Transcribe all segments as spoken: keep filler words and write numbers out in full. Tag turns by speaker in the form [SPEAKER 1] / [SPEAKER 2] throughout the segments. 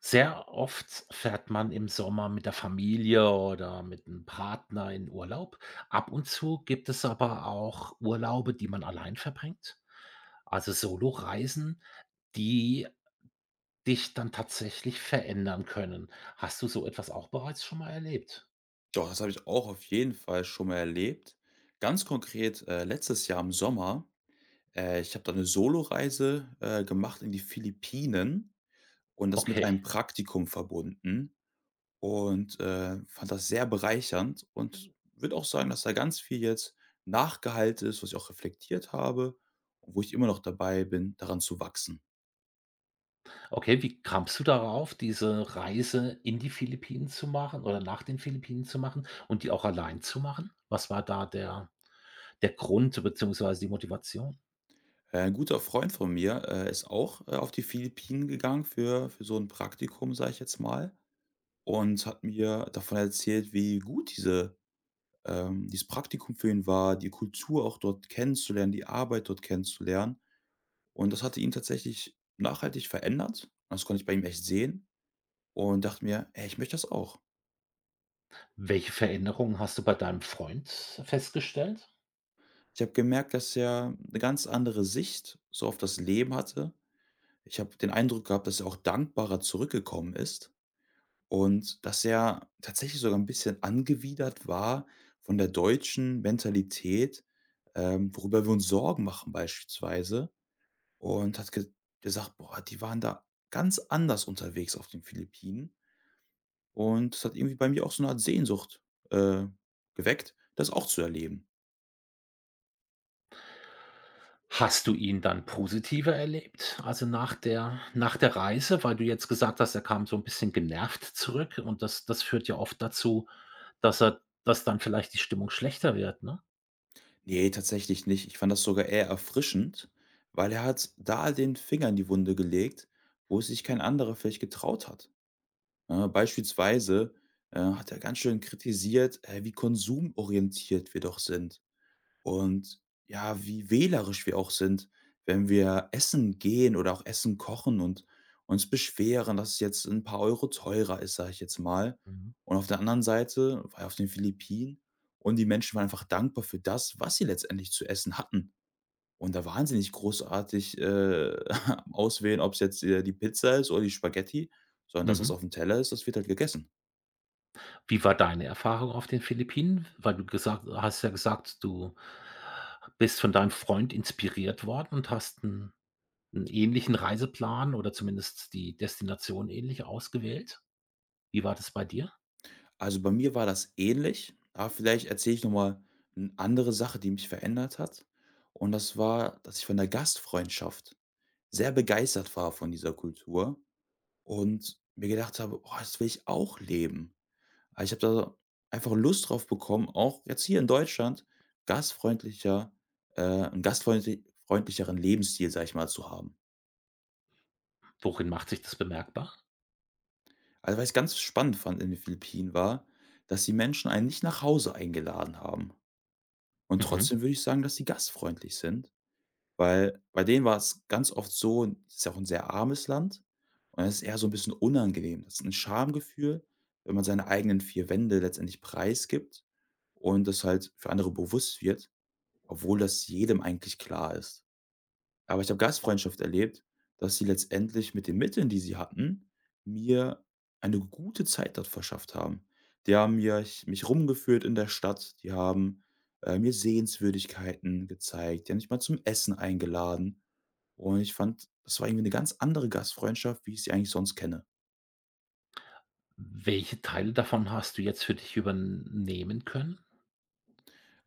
[SPEAKER 1] Sehr oft fährt man im Sommer mit der Familie oder mit 'nem Partner in Urlaub. Ab und zu gibt es aber auch Urlaube, die man allein verbringt, also Soloreisen, die dich dann tatsächlich verändern können. Hast du so etwas auch bereits schon mal erlebt?
[SPEAKER 2] Doch, das habe ich auch auf jeden Fall schon mal erlebt. Ganz konkret, äh, letztes Jahr im Sommer, äh, ich habe da eine Soloreise, äh, gemacht in die Philippinen und das mit
[SPEAKER 1] Okay,
[SPEAKER 2] einem Praktikum verbunden und, äh, fand das sehr bereichernd und würde auch sagen, dass da ganz viel jetzt nachgeheilt ist, was ich auch reflektiert habe und wo ich immer noch dabei bin, daran zu wachsen.
[SPEAKER 1] okay, wie kamst du darauf, diese Reise in die Philippinen zu machen oder nach den Philippinen zu machen und die auch allein zu machen? Was war da der der Grund beziehungsweise die Motivation?
[SPEAKER 2] Äh, 'n guter Freund von mir, äh, ist auch, äh, auf die Philippinen gegangen für für so ein Praktikum, sage ich jetzt mal, und hat mir davon erzählt, wie gut diese ähm, dieses Praktikum für ihn war, die Kultur auch dort kennenzulernen, die Arbeit dort kennenzulernen. Und das hatte ihn tatsächlich nachhaltig verändert. Das konnte ich bei ihm echt sehen und dachte mir: „Ey, ich möchte das auch.“
[SPEAKER 1] Welche Veränderungen hast du bei deinem Freund festgestellt?
[SPEAKER 2] Ich habe gemerkt, dass er eine ganz andere Sicht so auf das Leben hatte. Ich habe den Eindruck gehabt, dass er auch dankbarer zurückgekommen ist. Und dass er tatsächlich sogar ein bisschen angewidert war von der deutschen Mentalität, ähm, worüber wir uns Sorgen machen beispielsweise, und hat ge gesagt: „Boah, die waren da ganz anders unterwegs auf den Philippinen.“ Und das hat irgendwie bei mir auch so eine Art Sehnsucht, äh, geweckt, das auch zu erleben.
[SPEAKER 1] Hast du ihn dann positiver erlebt? Also, nach der nach der Reise, weil du jetzt gesagt hast, er kam so ein bisschen genervt zurück und das das führt ja oft dazu, dass er dass dann vielleicht die Stimmung schlechter wird, ne?
[SPEAKER 2] Ne, tatsächlich nicht. Ich fand das sogar eher erfrischend, weil er hat da den Finger in die Wunde gelegt, wo sich kein anderer vielleicht getraut hat. Ne? Beispielsweise, äh, hat er ganz schön kritisiert, äh, wie konsumorientiert wir doch sind und ja, wie wählerisch wir auch sind, wenn wir essen gehen oder auch Essen kochen und uns beschweren, dass es jetzt ein paar Euro teurer ist, sage ich jetzt mal.
[SPEAKER 1] Mhm.
[SPEAKER 2] Und auf der anderen Seite war er auf den Philippinen und die Menschen waren einfach dankbar für das, was sie letztendlich zu essen hatten. Und da wahnsinnig großartig, äh, am Auswählen, ob's jetzt, äh, die Pizza ist oder die Spaghetti, sondern das, was
[SPEAKER 1] Mhm.
[SPEAKER 2] auf dem Teller ist, das wird halt gegessen.
[SPEAKER 1] Wie war deine Erfahrung auf den Philippinen? Weil du gesagt hast ja gesagt, du bist von deinem Freund inspiriert worden und hast einen 'n ähnlichen Reiseplan oder zumindest die Destination ähnlich ausgewählt? Wie war das bei dir?
[SPEAKER 2] Also, bei mir war das ähnlich, aber vielleicht erzähle ich noch mal 'ne andere Sache, die mich verändert hat. Und das war, dass ich von der Gastfreundschaft sehr begeistert war von dieser Kultur und mir gedacht habe: „Oh, das will ich auch leben.“ Aber ich habe da einfach Lust drauf bekommen, auch jetzt hier in Deutschland gastfreundlicher äh, 'n gastfreundli Lebensstil, sag ich mal, zu haben.
[SPEAKER 1] Worin macht sich das bemerkbar?
[SPEAKER 2] Also, was ich ganz spannend fand in den Philippinen war, dass die Menschen einen nicht nach Hause eingeladen haben. Und
[SPEAKER 1] Mhm.
[SPEAKER 2] trotzdem würde ich sagen, dass sie gastfreundlich sind, weil bei denen war es ganz oft so, es ist ja auch ein sehr armes Land und es ist eher so ein bisschen unangenehm. Das ist ein Schamgefühl, wenn man seine eigenen vier Wände letztendlich preisgibt und das halt für andere bewusst wird. Obwohl das jedem eigentlich klar ist. Aber ich habe Gastfreundschaft erlebt, dass sie letztendlich mit den Mitteln, die sie hatten, mir eine gute Zeit dort verschafft haben. Die haben mir mich rumgeführt in der Stadt, die haben, äh, mir Sehenswürdigkeiten gezeigt, die haben mich mal zum Essen eingeladen. Und ich fand, das war irgendwie eine ganz andere Gastfreundschaft, wie ich sie eigentlich sonst kenne.
[SPEAKER 1] Welche Teile davon hast du jetzt für dich übernehmen können?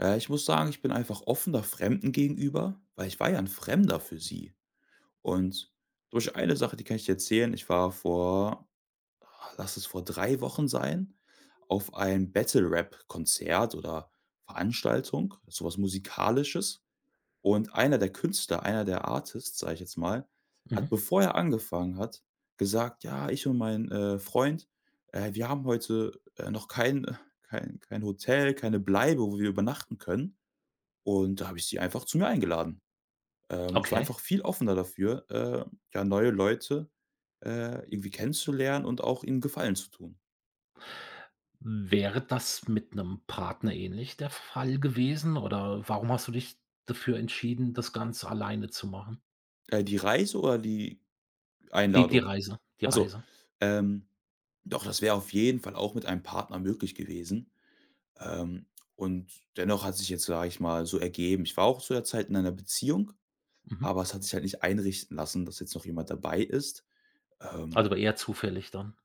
[SPEAKER 2] Äh, ich muss sagen, ich bin einfach offener Fremden gegenüber, weil ich war ja 'n Fremder für sie. Und durch eine Sache, die kann ich dir erzählen, ich war vor ah, lass es vor drei Wochen sein, auf ein Battle-Rap-Konzert oder Veranstaltung, sowas Musikalisches. Und einer der Künstler, einer der Artists, sage ich jetzt mal, hat,
[SPEAKER 1] Mhm.
[SPEAKER 2] bevor er angefangen hat, gesagt: „Ja, ich und mein, äh, Freund, äh, wir haben heute, äh, noch kein äh, kein kein Hotel, keine Bleibe, wo wir übernachten können.“ Und da habe ich sie einfach zu mir eingeladen. Ähm, ich war
[SPEAKER 1] Okay.
[SPEAKER 2] einfach viel offener dafür, äh, ja, neue Leute, äh, irgendwie kennenzulernen und auch ihnen Gefallen zu tun.
[SPEAKER 1] Wäre das mit einem Partner ähnlich der Fall gewesen oder warum hast du dich dafür entschieden, das Ganze alleine zu machen?
[SPEAKER 2] Äh, die Reise oder die
[SPEAKER 1] Die die
[SPEAKER 2] Einladung?
[SPEAKER 1] Reise die
[SPEAKER 2] Also,
[SPEAKER 1] Reise.
[SPEAKER 2] ähm, doch, das wäre auf jeden Fall auch mit einem Partner möglich gewesen. Ähm, und dennoch hat sich jetzt, sage ich mal, so ergeben. Ich war auch zu der Zeit in einer Beziehung,
[SPEAKER 1] Mhm.
[SPEAKER 2] aber es hat sich halt nicht einrichten lassen, dass jetzt noch jemand dabei ist. Ähm,
[SPEAKER 1] Also, eher zufällig dann.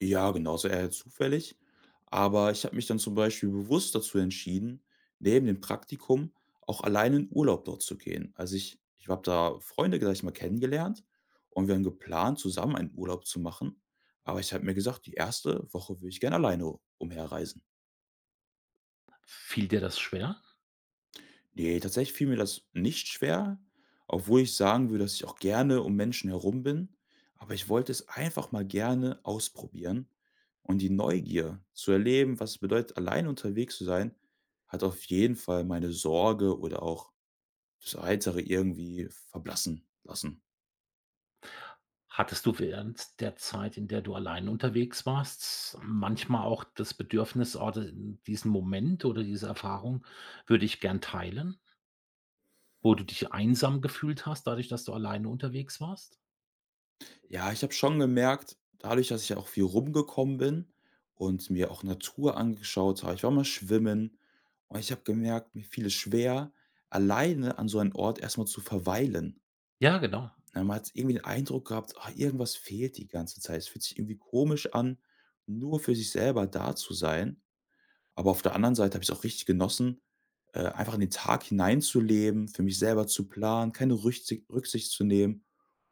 [SPEAKER 2] Ja, genau, also eher zufällig. Aber ich habe mich dann zum Beispiel bewusst dazu entschieden, neben dem Praktikum auch alleine in Urlaub dort zu gehen. Also ich ich habe da Freunde, gleich mal, kennengelernt und wir haben geplant, zusammen einen Urlaub zu machen. Aber ich habe mir gesagt, die erste Woche will ich gerne alleine umherreisen.
[SPEAKER 1] Fiel dir das schwer?
[SPEAKER 2] Nee, tatsächlich fiel mir das nicht schwer, obwohl ich sagen würde, dass ich auch gerne um Menschen herum bin. Aber ich wollte es einfach mal gerne ausprobieren. Und die Neugier zu erleben, was es bedeutet, allein unterwegs zu sein, hat auf jeden Fall meine Sorge oder auch das Heitere irgendwie verblassen lassen.
[SPEAKER 1] Hattest du während der Zeit, in der du allein unterwegs warst, manchmal auch das Bedürfnis: „Oh, d diesen Moment oder diese Erfahrung würde ich gern teilen“, wo du dich einsam gefühlt hast, dadurch, dass du alleine unterwegs warst?
[SPEAKER 2] Ja, ich habe schon gemerkt, dadurch, dass ich ja auch viel rumgekommen bin und mir auch Natur angeschaut habe, ich war mal schwimmen, und ich habe gemerkt, mir fiel es schwer, alleine an so einem Ort erstmal zu verweilen.
[SPEAKER 1] Ja, genau.
[SPEAKER 2] Ne, man hat irgendwie den Eindruck gehabt: „Ah, irgendwas fehlt die ganze Zeit.“ Es fühlt sich irgendwie komisch an, nur für sich selber da zu sein. Aber auf der anderen Seite habe ich es auch richtig genossen, äh, einfach in den Tag hineinzuleben, für mich selber zu planen, keine Rücksi Rücksicht zu nehmen.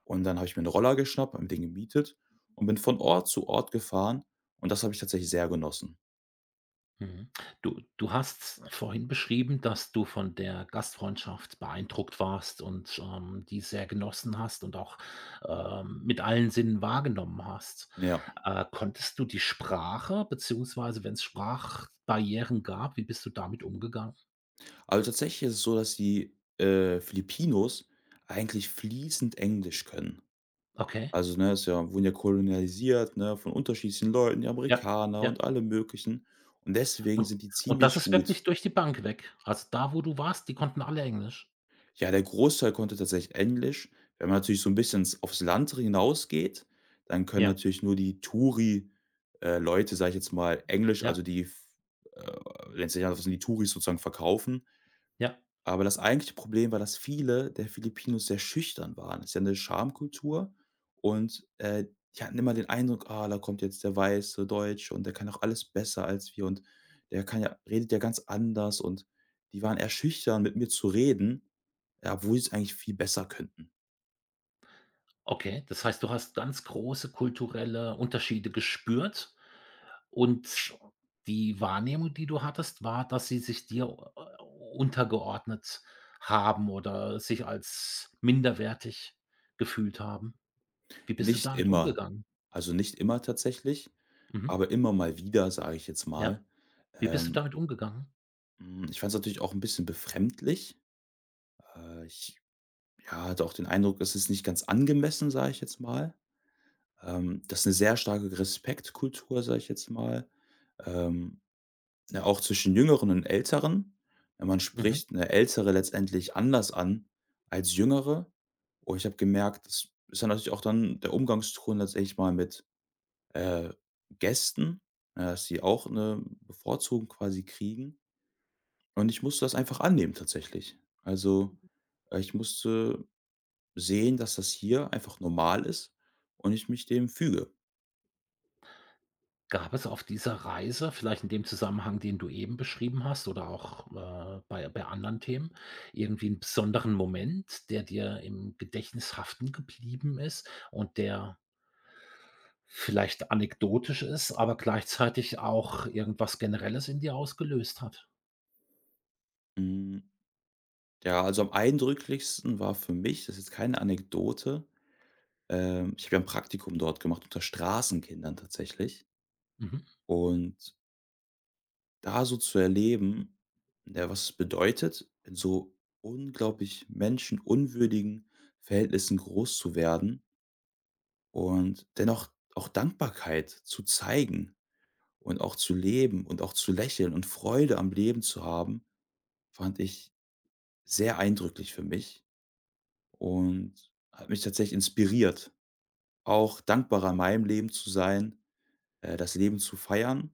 [SPEAKER 2] Und dann habe ich mir einen Roller geschnappt, habe mir den gemietet und bin von Ort zu Ort gefahren und das habe ich tatsächlich sehr genossen.
[SPEAKER 1] Mhm. Du du hast vorhin beschrieben, dass du von der Gastfreundschaft beeindruckt warst und, ähm, die sehr genossen hast und auch, ähm, mit allen Sinnen wahrgenommen hast.
[SPEAKER 2] Ja.
[SPEAKER 1] Äh, konntest du die Sprache beziehungsweise wenn es Sprachbarrieren gab, wie bist du damit umgegangen?
[SPEAKER 2] Also, tatsächlich ist es so, dass die, äh, Filipinos eigentlich fließend Englisch können.
[SPEAKER 1] Okay,
[SPEAKER 2] Also, ne, es ja wurden ja kolonialisiert, ne, von unterschiedlichen Leuten, die
[SPEAKER 1] ja,
[SPEAKER 2] Amerikaner
[SPEAKER 1] ja.
[SPEAKER 2] und alle möglichen. Und deswegen
[SPEAKER 1] Und
[SPEAKER 2] sind die
[SPEAKER 1] und das
[SPEAKER 2] ziemlich
[SPEAKER 1] ist
[SPEAKER 2] gut.
[SPEAKER 1] wirklich durch die Bank weg. Also, da, wo du warst, die konnten alle Englisch?
[SPEAKER 2] Ja, der Großteil konnte tatsächlich Englisch. Wenn man natürlich so 'n bisschen ins aufs Land hinausgeht, dann können
[SPEAKER 1] Ja,
[SPEAKER 2] natürlich nur die Touri äh, Leute, sage ich jetzt mal, Englisch,
[SPEAKER 1] ja,
[SPEAKER 2] also die f äh, letztendlich die Touris sozusagen verkaufen.
[SPEAKER 1] ja.
[SPEAKER 2] Aber das eigentliche Problem war, dass viele der Filipinos sehr schüchtern waren. Ist ja 'ne Schamkultur und, äh, die hatten immer den Eindruck: „Ah, da kommt jetzt der weiße Deutsche und der kann doch alles besser als wir und der kann ja redet ja ganz anders.“ Und die waren eher schüchtern, mit mir zu reden, ja, obwohl sie's eigentlich viel besser könnten.
[SPEAKER 1] Okay, das heißt, du hast ganz große kulturelle Unterschiede gespürt? Und die Wahrnehmung, die du hattest, war, dass sie sich dir äh, untergeordnet haben oder sich als minderwertig gefühlt haben. Wie bist du
[SPEAKER 2] Nicht
[SPEAKER 1] damit
[SPEAKER 2] immer.
[SPEAKER 1] umgegangen?
[SPEAKER 2] Also, nicht immer tatsächlich,
[SPEAKER 1] Mhm.
[SPEAKER 2] aber immer mal wieder, sage ich jetzt
[SPEAKER 1] Ja.
[SPEAKER 2] mal.
[SPEAKER 1] Wie bist du
[SPEAKER 2] Ähm,
[SPEAKER 1] damit umgegangen?
[SPEAKER 2] hm, ich fand's natürlich auch 'n bisschen befremdlich. Äh, ich Ja, hatte auch den Eindruck, es ist nicht ganz angemessen, sage ich jetzt mal. Ähm, das ist 'ne sehr starke Respektkultur, sage ich jetzt mal, ähm, ne, auch zwischen Jüngeren und Älteren. Ja, man
[SPEAKER 1] Mhm.
[SPEAKER 2] spricht eine Ältere letztendlich anders an als Jüngere. Und ich habe gemerkt, das ist dann natürlich auch dann der Umgangston letztendlich mal mit, äh, Gästen, ja, dass die auch eine Bevorzugung quasi kriegen. Und ich musste das einfach annehmen tatsächlich. Also, äh, ich musste sehen, dass das hier einfach normal ist und ich mich dem füge.
[SPEAKER 1] Gab es auf dieser Reise, vielleicht in dem Zusammenhang, den du eben beschrieben hast oder auch, äh, bei bei anderen Themen, irgendwie einen besonderen Moment, der dir im Gedächtnis haften geblieben ist und der vielleicht anekdotisch ist, aber gleichzeitig auch irgendwas Generelles in dir ausgelöst hat.
[SPEAKER 2] Hm, ja, also am eindrücklichsten war für mich, das ist jetzt keine Anekdote, ähm, ich habe ja 'n Praktikum dort gemacht unter Straßenkindern tatsächlich
[SPEAKER 1] Mhm.
[SPEAKER 2] und da so zu erleben, ja, was es bedeutet, in so unglaublich menschenunwürdigen Verhältnissen groß zu werden und dennoch auch Dankbarkeit zu zeigen und auch zu leben und auch zu lächeln und Freude am Leben zu haben. Fand ich sehr eindrücklich für mich und hat mich tatsächlich inspiriert, auch dankbarer in meinem Leben zu sein, äh, das Leben zu feiern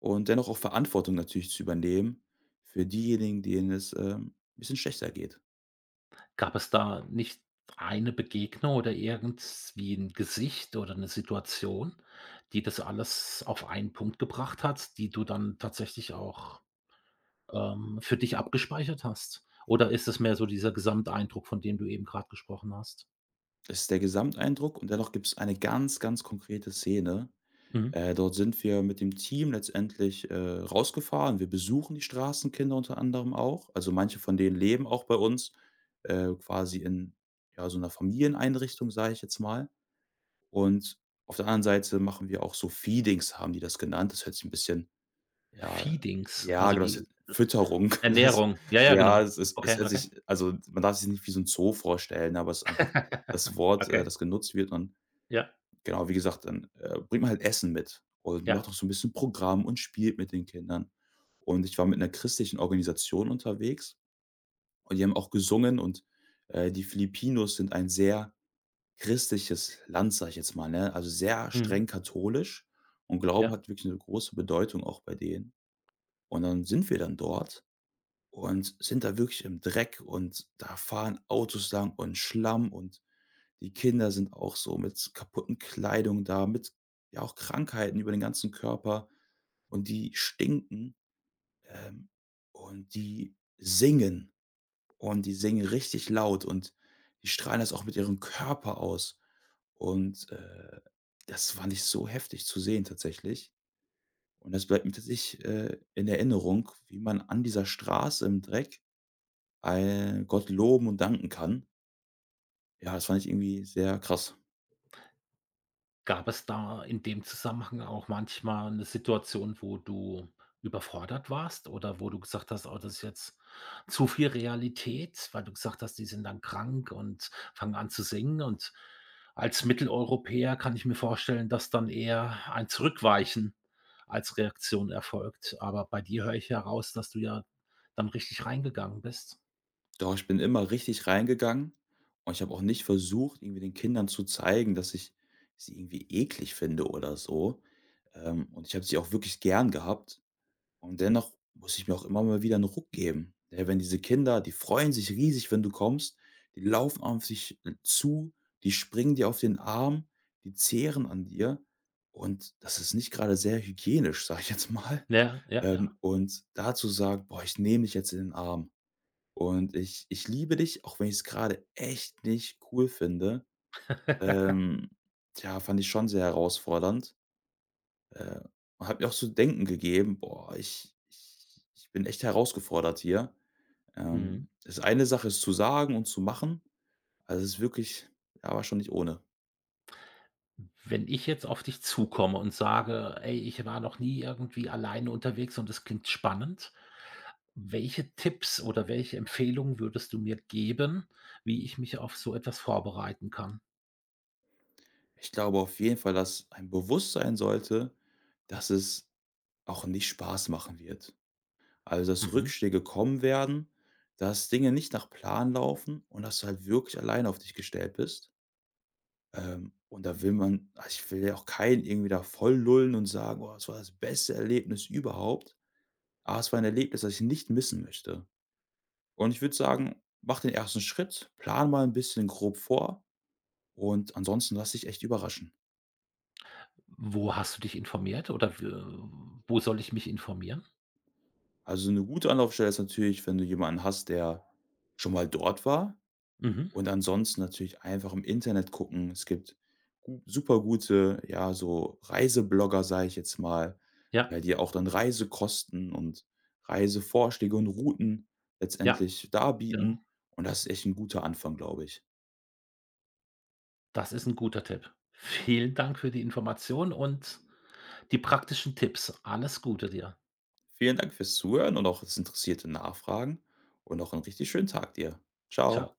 [SPEAKER 2] und dennoch auch Verantwortung natürlich zu übernehmen für diejenigen, denen es, ähm, ein bisschen schlechter geht.
[SPEAKER 1] Gab es da nicht eine Begegnung oder irgendwie 'n Gesicht oder 'ne Situation, die das alles auf einen Punkt gebracht hat, die du dann tatsächlich auch, ähm, für dich abgespeichert hast? Oder ist es mehr so dieser Gesamteindruck, von dem du eben grad gesprochen hast?
[SPEAKER 2] Das ist der Gesamteindruck und dennoch gibt es eine ganz, ganz konkrete Szene.
[SPEAKER 1] Mhm.
[SPEAKER 2] Äh, dort sind wir mit dem Team letztendlich, äh, rausgefahren. Wir besuchen die Straßenkinder unter anderem auch. Also, manche von denen leben auch bei uns, äh, quasi in, ja, so einer Familieneinrichtung, sage ich jetzt mal. Und auf der anderen Seite machen wir auch so Feedings, haben die das genannt. Das hört sich ein bisschen, ja,
[SPEAKER 1] Feedings,
[SPEAKER 2] ja,
[SPEAKER 1] also
[SPEAKER 2] genau, das
[SPEAKER 1] wie
[SPEAKER 2] hört- Fütterung. Das,
[SPEAKER 1] Ernährung. Ja, ja,
[SPEAKER 2] ja,
[SPEAKER 1] genau.
[SPEAKER 2] es ist, es
[SPEAKER 1] Okay,
[SPEAKER 2] hört
[SPEAKER 1] okay.
[SPEAKER 2] sich, also, man darf sich nicht wie so ein Zoo vorstellen, aber es ist einfach das Wort, äh,
[SPEAKER 1] Okay.
[SPEAKER 2] das genutzt wird. Und
[SPEAKER 1] Ja,
[SPEAKER 2] genau, wie gesagt, dann, äh, bringt man halt Essen mit und
[SPEAKER 1] ja.
[SPEAKER 2] macht auch so 'n bisschen Programm und spielt mit den Kindern. Und ich war mit 'ner christlichen Organisation unterwegs und die haben auch gesungen und, äh, die Filipinos sind ein sehr christliches Land, sage ich jetzt mal, ne? Also, sehr
[SPEAKER 1] Mhm.
[SPEAKER 2] streng katholisch und Glauben
[SPEAKER 1] Ja.
[SPEAKER 2] hat wirklich 'ne große Bedeutung auch bei denen. Und dann sind wir dann dort und sind da wirklich im Dreck und da fahren Autos lang und Schlamm und die Kinder sind auch so mit kaputten Kleidung da, mit ja auch Krankheiten über den ganzen Körper und die stinken, ähm, und die singen und die singen richtig laut und die strahlen das auch mit ihrem Körper aus. Und, äh, das fand ich so heftig zu sehen tatsächlich. Und das bleibt mir tatsächlich, äh, in Erinnerung, wie man an dieser Straße im Dreck, äh, Gott loben und danken kann. Ja, das fand ich irgendwie sehr krass.
[SPEAKER 1] Gab es da in dem Zusammenhang auch manchmal 'ne Situation, wo du überfordert warst oder wo du gesagt hast: „Oh, das ist jetzt zu viel Realität“, weil du gesagt hast, die sind dann krank und fangen an zu singen und als Mitteleuropäer kann ich mir vorstellen, dass dann eher ein Zurückweichen als Reaktion erfolgt. Aber bei dir höre ich heraus, dass du ja dann richtig reingegangen bist.
[SPEAKER 2] Doch, ich bin immer richtig reingegangen und ich habe auch nicht versucht, irgendwie den Kindern zu zeigen, dass ich sie irgendwie eklig finde oder so. Ähm, und ich habe sie auch wirklich gern gehabt. Und dennoch muss ich mir auch immer mal wieder einen Ruck geben. Ja, wenn diese Kinder, die freuen sich riesig, wenn du kommst, die laufen auf dich zu, die springen dir auf den Arm, die zehren an dir und das ist nicht gerade sehr hygienisch, sage ich jetzt mal.
[SPEAKER 1] Ja, ja, ja.
[SPEAKER 2] Ähm, und dazu zu sagen: „Boah, ich nehme dich jetzt in den Arm.“ Und ich ich liebe dich, auch wenn ich es gerade echt nicht cool finde. Ähm, ja, fand ich schon sehr herausfordernd, äh, hat mir auch zu denken gegeben: „Boah, ich ich ich bin echt herausgefordert hier.“
[SPEAKER 1] Mhm.
[SPEAKER 2] Ähm, ist eine Sache, ist zu sagen und zu machen, also, es ist wirklich, ja, war schon nicht ohne.
[SPEAKER 1] Wenn ich jetzt auf dich zukomme und sage: „Ey, ich war noch nie irgendwie alleine unterwegs und das klingt spannend.“ Welche Tipps oder welche Empfehlungen würdest du mir geben, wie ich mich auf so etwas vorbereiten kann?
[SPEAKER 2] Ich glaube auf jeden Fall, dass ein Bewusstsein sollte, dass es auch nicht Spaß machen wird. Also, dass
[SPEAKER 1] Mhm.
[SPEAKER 2] Rückschläge kommen werden, dass Dinge nicht nach Plan laufen und dass du halt wirklich alleine auf dich gestellt bist. Ähm, und da will man, also, ich will ja auch keinen irgendwie da voll lullen und sagen: „Oh, das war das beste Erlebnis überhaupt.“ Aber es war ein Erlebnis, das ich nicht missen möchte. Und ich würde sagen, mach den ersten Schritt, plan mal ein bisschen grob vor und ansonsten lass dich echt überraschen.
[SPEAKER 1] Wo hast du dich informiert oder w wo soll ich mich informieren?
[SPEAKER 2] Also, eine gute Anlaufstelle ist natürlich, wenn du jemanden hast, der schon mal dort war.
[SPEAKER 1] Mhm.
[SPEAKER 2] Und ansonsten natürlich einfach im Internet gucken. Es gibt gu supergute, ja, so Reiseblogger, sage ich jetzt mal,
[SPEAKER 1] Ja,
[SPEAKER 2] ja, die auch dann Reisekosten und Reisevorschläge und Routen
[SPEAKER 1] ja,
[SPEAKER 2] letztendlich
[SPEAKER 1] genau.
[SPEAKER 2] darbieten. Und das ist echt ein guter Anfang, glaube ich.
[SPEAKER 1] Das ist ein guter Tipp. Vielen Dank für die Information und die praktischen Tipps. Alles Gute dir.
[SPEAKER 2] Vielen Dank fürs Zuhören und auch das interessierte Nachfragen und noch einen richtig schönen Tag dir. Ciao.
[SPEAKER 1] Ciao.